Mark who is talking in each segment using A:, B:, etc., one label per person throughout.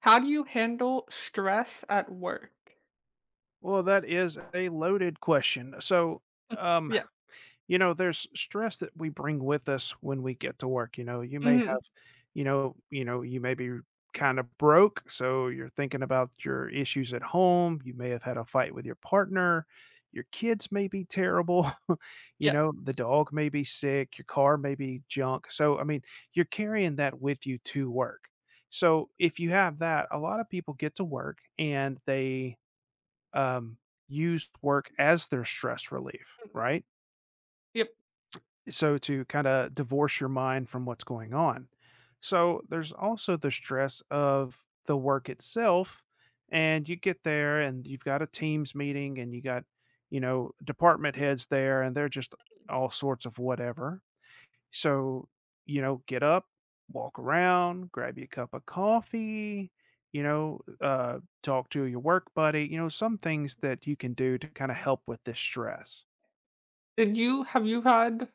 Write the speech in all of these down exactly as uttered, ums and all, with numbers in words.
A: How do you handle stress at work?
B: Well, that is a loaded question. So,
A: Mm.
B: um,
A: Yeah.
B: you know, there's stress that we bring with us when we get to work. You know, you may have,
A: Mhm.
B: you know, you know, you may be kind of broke, so you're thinking about your issues at home. You may have had a fight with your partner. Your kids may be terrible. You
A: Yeah.
B: know, the dog may be sick. Your car may be junk. So, I mean, you're carrying that with you to work. So, if you have that, a lot of people get to work and they um, use work as their stress relief,
A: Mm.
B: right?
A: Yep.
B: So to kind of divorce your mind from what's going on. So there's also the stress of the work itself. And you get there and you've got a teams meeting and you got, you know, department heads there and they're just all sorts of whatever. So, you know, get up, walk around, grab you a cup of coffee, you know, uh, talk to your work buddy, you know, some things that you can do to kind of help with this stress.
A: Did you have you had,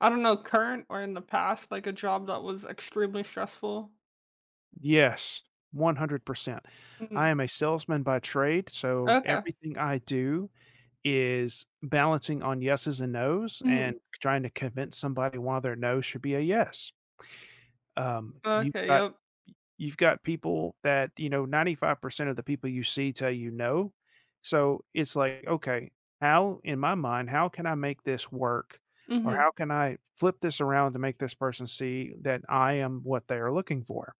A: I don't know, current or in the past, like, a job that was extremely stressful?
B: Yes, one hundred percent. I
A: Mhm.
B: am a salesman by trade. So
A: Okay.
B: everything I do is balancing on yeses and nos and
A: Mhm.
B: trying to convince somebody one of their no's should be a yes. Um, you've
A: Okay,
B: got
A: yep.
B: you've got people that, you know, ninety-five percent of the people you see tell you no. So it's like, okay, how in my mind, how can I make this work? Or how
A: Mhm.
B: can I flip this around to make this person see that I am what they are looking for?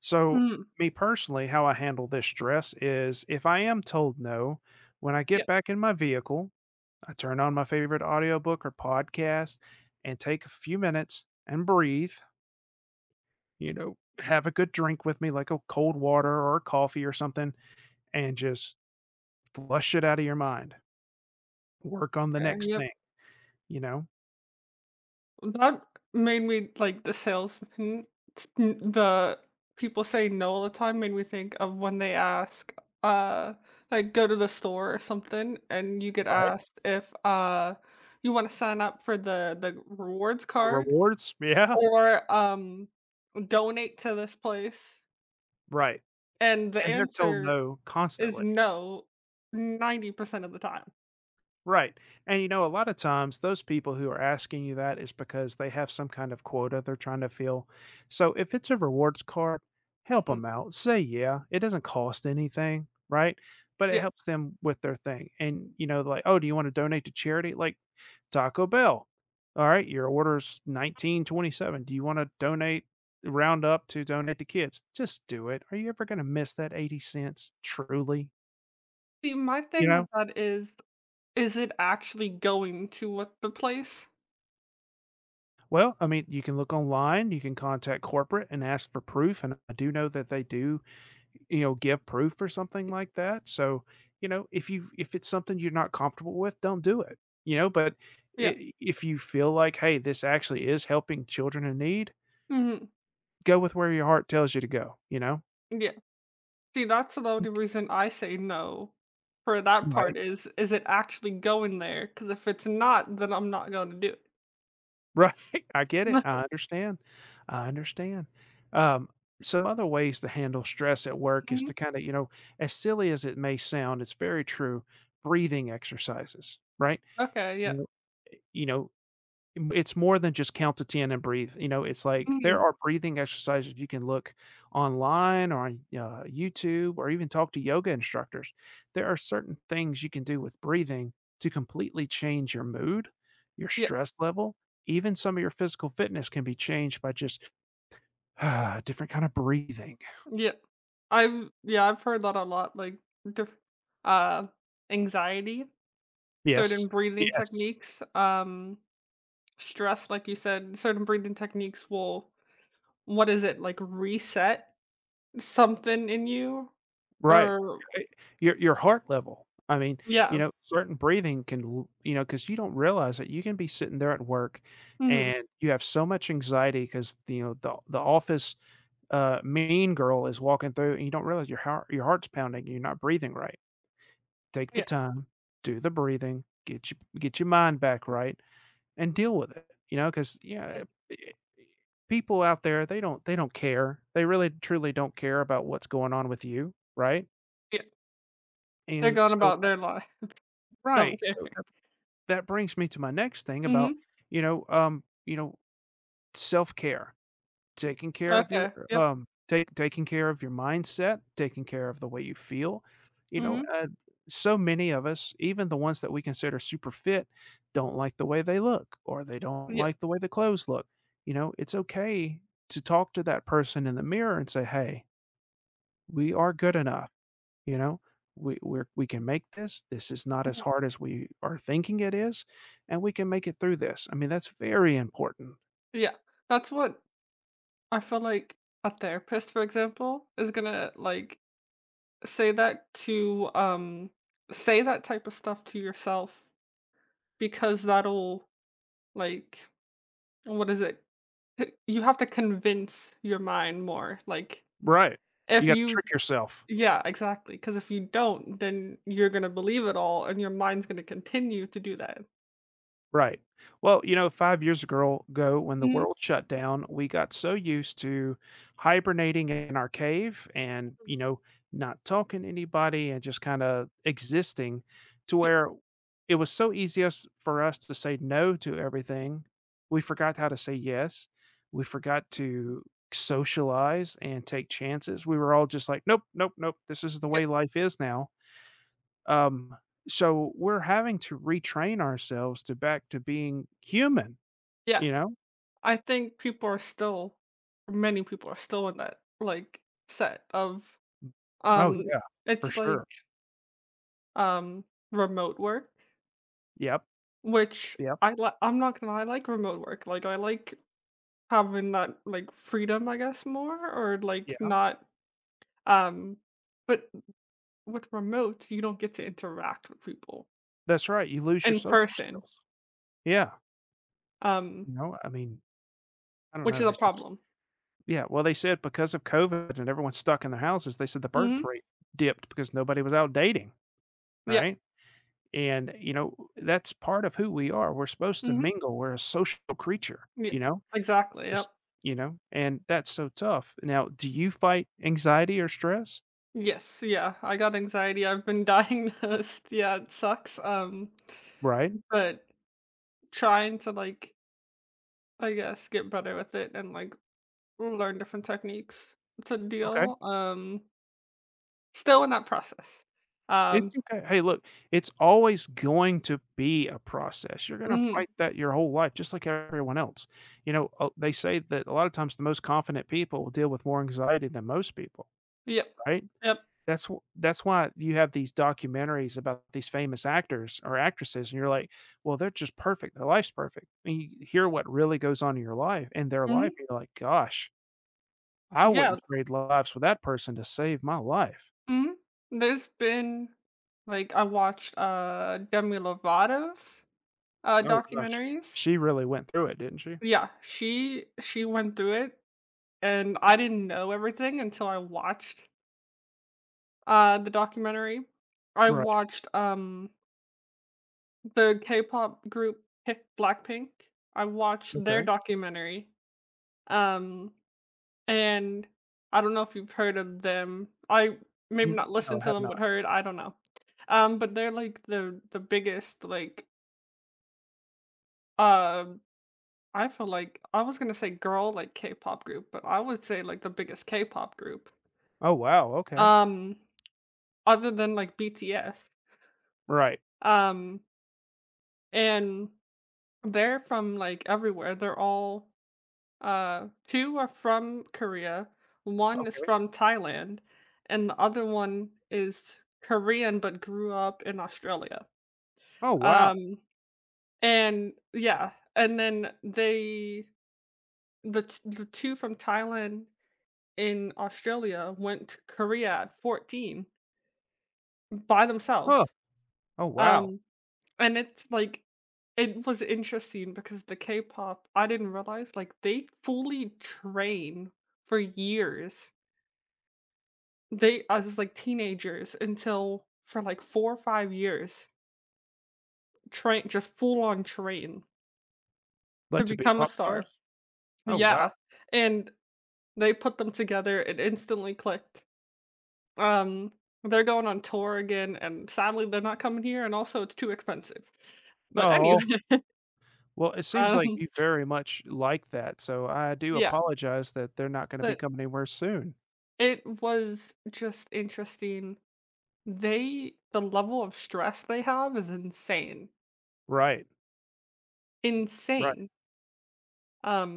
B: So,
A: Mhm.
B: me personally, how I handle this stress is if I am told no, when I get
A: Yep.
B: back in my vehicle, I turn on my favorite audiobook or podcast and take a few minutes and breathe, you know, have a good drink with me, like a cold water or a coffee or something, and just flush it out of your mind. Work on the
A: Okay,
B: next
A: yep.
B: thing, you know?
A: That made me like the salesman, the people say no all the time, made me think of when they ask, uh, like go to the store or something and you get
B: Right.
A: asked if, uh, you wanna sign up for the the rewards
B: The
A: card
B: rewards? Yeah,
A: or, um, donate to this place,
B: right.
A: and the
B: And they're told
A: answer
B: no
A: is
B: constantly.
A: no ninety percent of the time.
B: Right. And you know, a lot of times those people who are asking you that is because they have some kind of quota they're trying to fill. So if it's a rewards card, help
A: Mhm,
B: them out. Say, yeah, it doesn't cost anything. Right. But it
A: yeah.
B: helps them with their thing. And, you know, like, oh, do you want to donate to charity? Like Taco Bell. All right. Your order's nineteen twenty-seven. Do you want to donate, round up to donate to kids? Just do it. Are you ever going to miss that eighty cents truly?
A: See, my
B: You
A: thing
B: know?
A: with that is, is it actually going to what the place?
B: Well, I mean, you can look online, you can contact corporate and ask for proof, and I do know that they do, you know, give proof or something like that. So, you know, if you if it's something you're not comfortable with, don't do it. You know, but
A: Yeah,
B: I if you feel like, hey, this actually is helping children in need,
A: mhm.
B: go with where your heart tells you to go. You know,
A: Yeah. See, that's the only reason I say no for that
B: right?
A: part, is is it actually going there? Because if it's not, then I'm not gonna do it.
B: Right, I get it, I understand, I understand. Um, some other ways to handle stress at work is
A: Mhm.
B: to kinda, you know, as silly as it may sound, it's very true, breathing exercises, right?
A: Okay,
B: You
A: yeah.
B: know you know, M it's more than just count to ten and breathe, you know, it's like
A: Mhm.
B: there are breathing exercises you can look online or on, uh, YouTube or even talk to yoga instructors. There are certain things you can do with breathing to completely change your mood, your
A: Yeah,
B: stress level, even some of your physical fitness can be changed by just different kind of breathing.
A: yeah. I've yeah, I've heard that a lot, like, diff uh, anxiety, certain
B: Yes.
A: breathing
B: Yes.
A: techniques, um, stress, like you said, certain breathing techniques will, what is it, like, reset something in you?
B: Right.
A: Or
B: Eh, your your heart level. I mean, you
A: yeah.
B: know, certain breathing can l you know, because you don't realize that you can be sitting there at work,
A: Mhm.
B: and you have so much anxiety because you know, the the office, uh, mean girl is walking through, and you don't realize your heart your heart's pounding, you're not breathing right. Take the
A: Yeah,
B: time, do the breathing, get you get your mind back right, and deal with it, you know, because yeah,
A: mm,
B: eh eh eh people out there, they don't they don't care. They really, truly don't care about what's going on with you, right?
A: yeah. They're
B: And
A: going
B: so
A: about their life.
B: right,
A: Don't
B: so
A: care.
B: that that brings me to my next thing about,
A: Mhm.
B: you know, um, you know, self-care, taking care of your,
A: Okay. Yep.
B: um, take taking care of your mindset, taking care of the way you feel, you know,
A: Mhm.
B: uh, so many of us, even the ones that we consider super fit, don't like the way they look or they don't
A: Yep.
B: like the way the clothes look, you know, it's okay to talk to that person in the mirror and say, "Hey, we are good enough." You know, we we're we can make this. This is not as
A: Mhm.
B: hard as we are thinking it is, and we can make it through this. I mean, that's very important.
A: Yeah. That's what I feel like a therapist, for example, is gonna, like, say that to, um say that type of stuff to yourself, because that'll, like, what is it? H You have to convince your mind more, like,
B: Right. You
A: if
B: gotta
A: you
B: trick yourself.
A: Yeah, exactly, because if you don't, then you're gonna believe it all and your mind's gonna continue to do that.
B: Right. Well, you know, five years ago ago when the Mhm.
A: Mhm.
B: world shut down, we got so used to hibernating in our cave and,
A: Mhm.
B: you know, not talking to anybody and just kinda existing to
A: Yep.
B: where it was so easy us for us to say no to everything. We forgot how to say yes. We forgot to socialize and take chances. We were all just like, "Nope, nope, nope. This is the way
A: Yep.
B: life is now." Um, so we're having to retrain ourselves to back to being human,
A: Yeah.
B: you know?
A: I think people are still many people are still in that, like, set of,
B: Oh,
A: um
B: yeah, for
A: it's like,
B: sure.
A: um, remote work,
B: Yep,
A: which
B: yep,
A: I li I'm not gonna lie, I like remote work, like, I like having that, like, freedom, I guess, more or, like,
B: yeah.
A: not, um but with remote, you don't get to interact with people
B: That's right, you lose your
A: in
B: social
A: person,
B: skills. Yeah,
A: um,
B: you know, I mean, I don't
A: which
B: know,
A: is a
B: it's just
A: problem.
B: yeah, well, they said because of COVID and everyone's stuck in their houses, they said the birth
A: Mhm.
B: rate dipped because nobody was out dating,
A: Yeah.
B: right? And, you know, that's part of who we are. We're supposed to
A: Mhm.
B: mingle. We're a social creature,
A: Yeah.
B: you know?
A: Exactly,
B: Res
A: yep.
B: you know, and that's so tough. Now, do you fight anxiety or stress?
A: Yes, yeah, I got anxiety, I've been diagnosed, yeah, it sucks, um,
B: Right,
A: but trying to, like, I guess, get better with it and, like, learn different techniques to
B: okay.
A: deal, um, still in that process, um.
B: It's okay. Hey, look, it's always going to be a process. You're gonna
A: Mhm,
B: fight that your whole life just like everyone else. You know, uh, they say that a lot of times the most confident people will deal with more anxiety than most people,
A: yep,
B: right?
A: yep,
B: That's wh that's why you have these documentaries about these famous actors or actresses, and you're like, "Well, they're just perfect. Their life's perfect." And you hear what really goes on in your life in their
A: mhm,
B: life, and you're like, "Gosh." I
A: yeah,
B: wouldn't trade lives with that person to save my life.
A: mhm, there's been, like, I watched, uh, Demi Lovato's, uh,
B: Oh gosh.
A: documentaries.
B: She really went through it, didn't she?
A: Yeah, she she went through it, and I didn't know everything until I watched Uh, the documentary. I
B: Right,
A: watched, um, the K-pop group P BLACKPINK. I watched their
B: okay.
A: documentary, um, and I don't know if you've heard of them. I maybe
B: N
A: not
B: no,
A: listened
B: I
A: to
B: have
A: them, but
B: not.
A: heard, I don't know. Um, but they're, like, the the biggest, like, um, I feel like I was gonna say girl, like, K-pop group, but I would say, like, the biggest K-pop group,
B: Oh, wow, okay.
A: um, other than, like, B T S.
B: Right,
A: Um, and they're from, like, everywhere. They're all uh, two are from Korea, one is
B: okay.
A: from Thailand, and the other one is Korean but grew up in Australia.
B: Oh, wow.
A: Um, and yeah, and then they the t the two from Thailand in Australia went to Korea at fourteen by themselves.
B: Huh. Oh, wow.
A: Um. And it's like it was interesting because the K-pop, I didn't realize like they fully train for years. They as like teenagers until for like four or five years, train just full on train to
B: Like to be
A: become a
B: pop stars?
A: star.
B: Oh, wow.
A: Yeah, and they put them together, it instantly clicked. Um, they're going on tour again, and sadly, they're not coming here, and also it's too expensive. But anyway,
B: Oh, well, it seems like
A: um,
B: you very much like that, so I do
A: yeah,
B: apologize that they're not gonna be
A: but
B: coming anywhere soon.
A: it was just interesting. They the level of stress they have is insane.
B: Right, right.
A: Insane.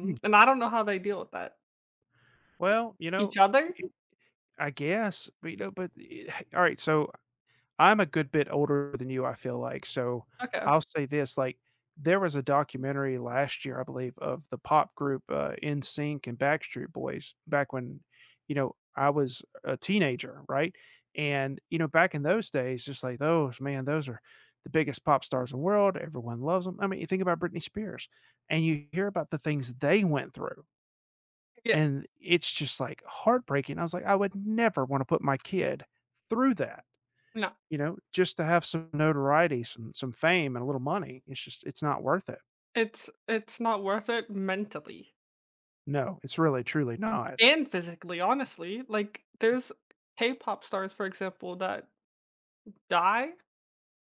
B: Hmm.
A: and I don't know how they deal with that. E
B: Well, you know,
A: Each other?
B: I I guess, but, you know, but, eh alright, so I'm a good bit older than you, I feel like, so
A: Okay.
B: I'll say this, like, there was a documentary last year, I believe, of the pop group, uh, In Sync and Backstreet Boys back when, you know, I was a teenager, right? And, you know, back in those days, just like those, man, those are the biggest pop stars in the world, everyone loves them. I mean, you think about Britney Spears, and you hear about the things they went through,
A: Yeah.
B: and it's just, like, heartbreaking. I was like, "I would never wanna put my kid through that."
A: No.
B: You know, just to have some notoriety, some some fame, and a little money, it's just it's not worth it.
A: It's it's not worth it mentally
B: No, it's really truly not.
A: and physically, honestly. Like, there's K-pop stars, for example, that die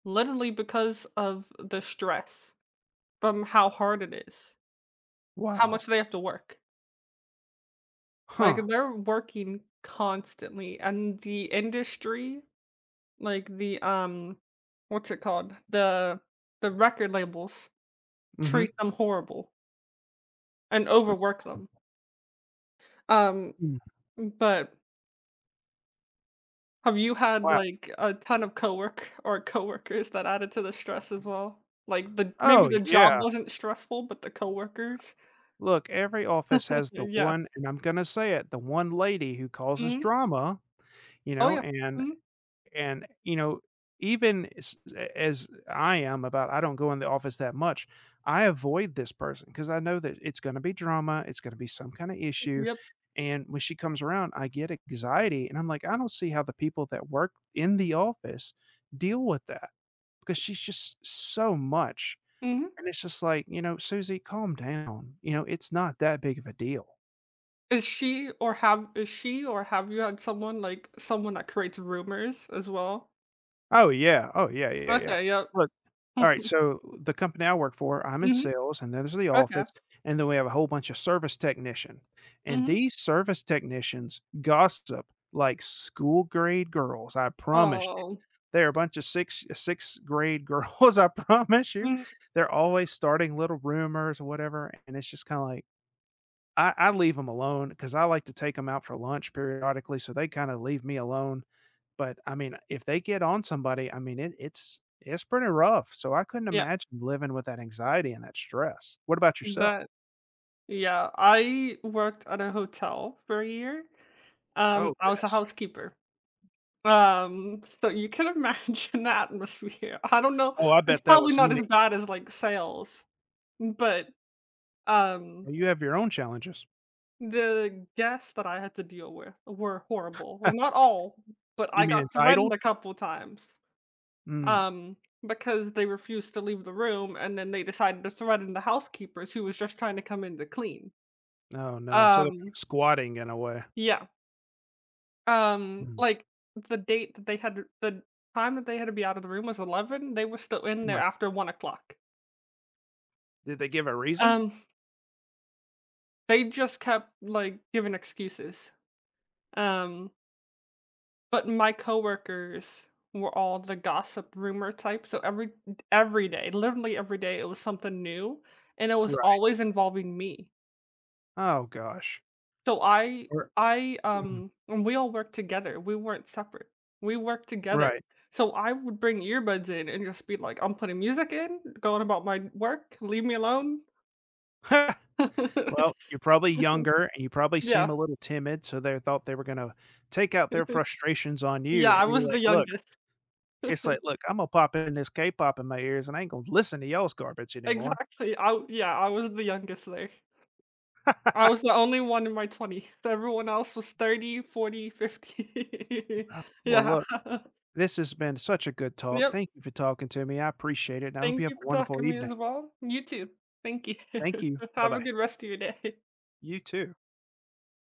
A: literally because of the stress from how hard it is, how
B: Wow.
A: much they have to work. Like,
B: Huh.
A: they're working constantly, and the industry, like, the, um, what's it called? The the record labels
B: Mhm.
A: treat them horrible and
B: That's
A: overwork them. Um,
B: mm,
A: but have you had,
B: wow.
A: like, a ton of cowork or coworkers that added to the stress as well? Like, the maybe
B: Oh,
A: the job
B: yeah.
A: wasn't stressful, but the coworkers?
B: Look, every office has the
A: Yeah.
B: one and I'm gonna say it, the one lady who causes
A: Mhm.
B: drama, you
A: Oh,
B: know,
A: yeah.
B: and
A: Mhm.
B: And, you know, even s as I am about I don't go in the office that much, I avoid this person because I know that it's gonna be drama, it's gonna be some kinda issue,
A: Yep.
B: and when she comes around, I get anxiety, and I'm like, "I don't see how the people that work in the office deal with that," because she's just so much,
A: Mhm.
B: and it's just like, you know, "Susie, calm down," you know, "It's not that big of a deal."
A: Is she or have is she or have you had someone, like, someone that creates rumors as well?
B: Oh, yeah. Oh, yeah, yeah, yeah.
A: Okay, yep.
B: Look alright, so the company I work for, I'm in
A: Mhm.
B: sales, and there's the
A: Okay.
B: office, and then we have a whole bunch of service technician, and
A: Mhm.
B: these service technicians gossip like school grade girls, I promise you.
A: Oh.
B: They're a bunch of six uh, sixth grade girls, I promise you.
A: Mhm.
B: They're always starting little rumors or whatever, and it's just kinda like I I leave them alone because I like to take them out for lunch periodically, so they kinda leave me alone. But, I mean, if they get on somebody, I mean, it it's it's pretty rough, so I couldn't
A: Yeah,
B: imagine living with that anxiety and that stress. What about yourself?
A: that yeah, I worked at a hotel for a year. Um,
B: Oh,
A: I was a
B: goodness.
A: housekeeper. Um, so you can imagine the atmosphere. I don't know,
B: Oh, I
A: it's
B: bet that
A: probably
B: was
A: not as
B: unique.
A: bad as, like, sales, but, um
B: Well, you have your own challenges.
A: the guests that I had to deal with were horrible. Well, not all, but
B: You
A: I
B: mean
A: got threatened
B: entitled?
A: a couple times,
B: Mm.
A: um, because they refused to leave the room, and then they decided to threaten the housekeepers who was just trying to come in to clean.
B: Oh, no. So they're
A: Um,
B: kinda squatting in a way.
A: yeah, um,
B: Mm,
A: like, the date that they had to the time that they had to be out of the room was eleven, they were still in there
B: right.
A: after one.
B: Did they give a reason?
A: Um, they just kept, like, giving excuses. Um. But my coworkers were all the gossip rumor type, so every every day, literally every day, it was something new, and it was
B: Right.
A: always involving me.
B: Oh gosh.
A: So I
B: Or
A: I
B: mm,
A: um, and we all worked together. We weren't separate. We worked together.
B: right.
A: So I would bring earbuds in and just be like, I'm putting music in, going about my work, leave me alone.
B: Well, you're probably younger, and you probably seem
A: Yeah.
B: a little timid, so they thought they were gonna take out their frustrations on you,
A: Yeah,
B: and
A: I
B: you're
A: was the
B: like, "Look,
A: youngest.
B: it's like, "Look, Imma pop in this K-pop in my ears, and I ain't gonna listen to y'all's garbage anymore."
A: Exactly. I Yeah, I was the youngest there. I was the only one in my twenties. Everyone else was thirty, forty, fifty.
B: Well,
A: Yeah.
B: look, this has been such a good talk.
A: Yep.
B: Thank you for talking to me. I appreciate it, and I hope you
A: Thank
B: have
A: you
B: a
A: for
B: wonderful
A: talking to me
B: evening.
A: as well. You too. Thank you.
B: Thank you.
A: Have a
B: Bye-bye.
A: good rest of your day.
B: You too.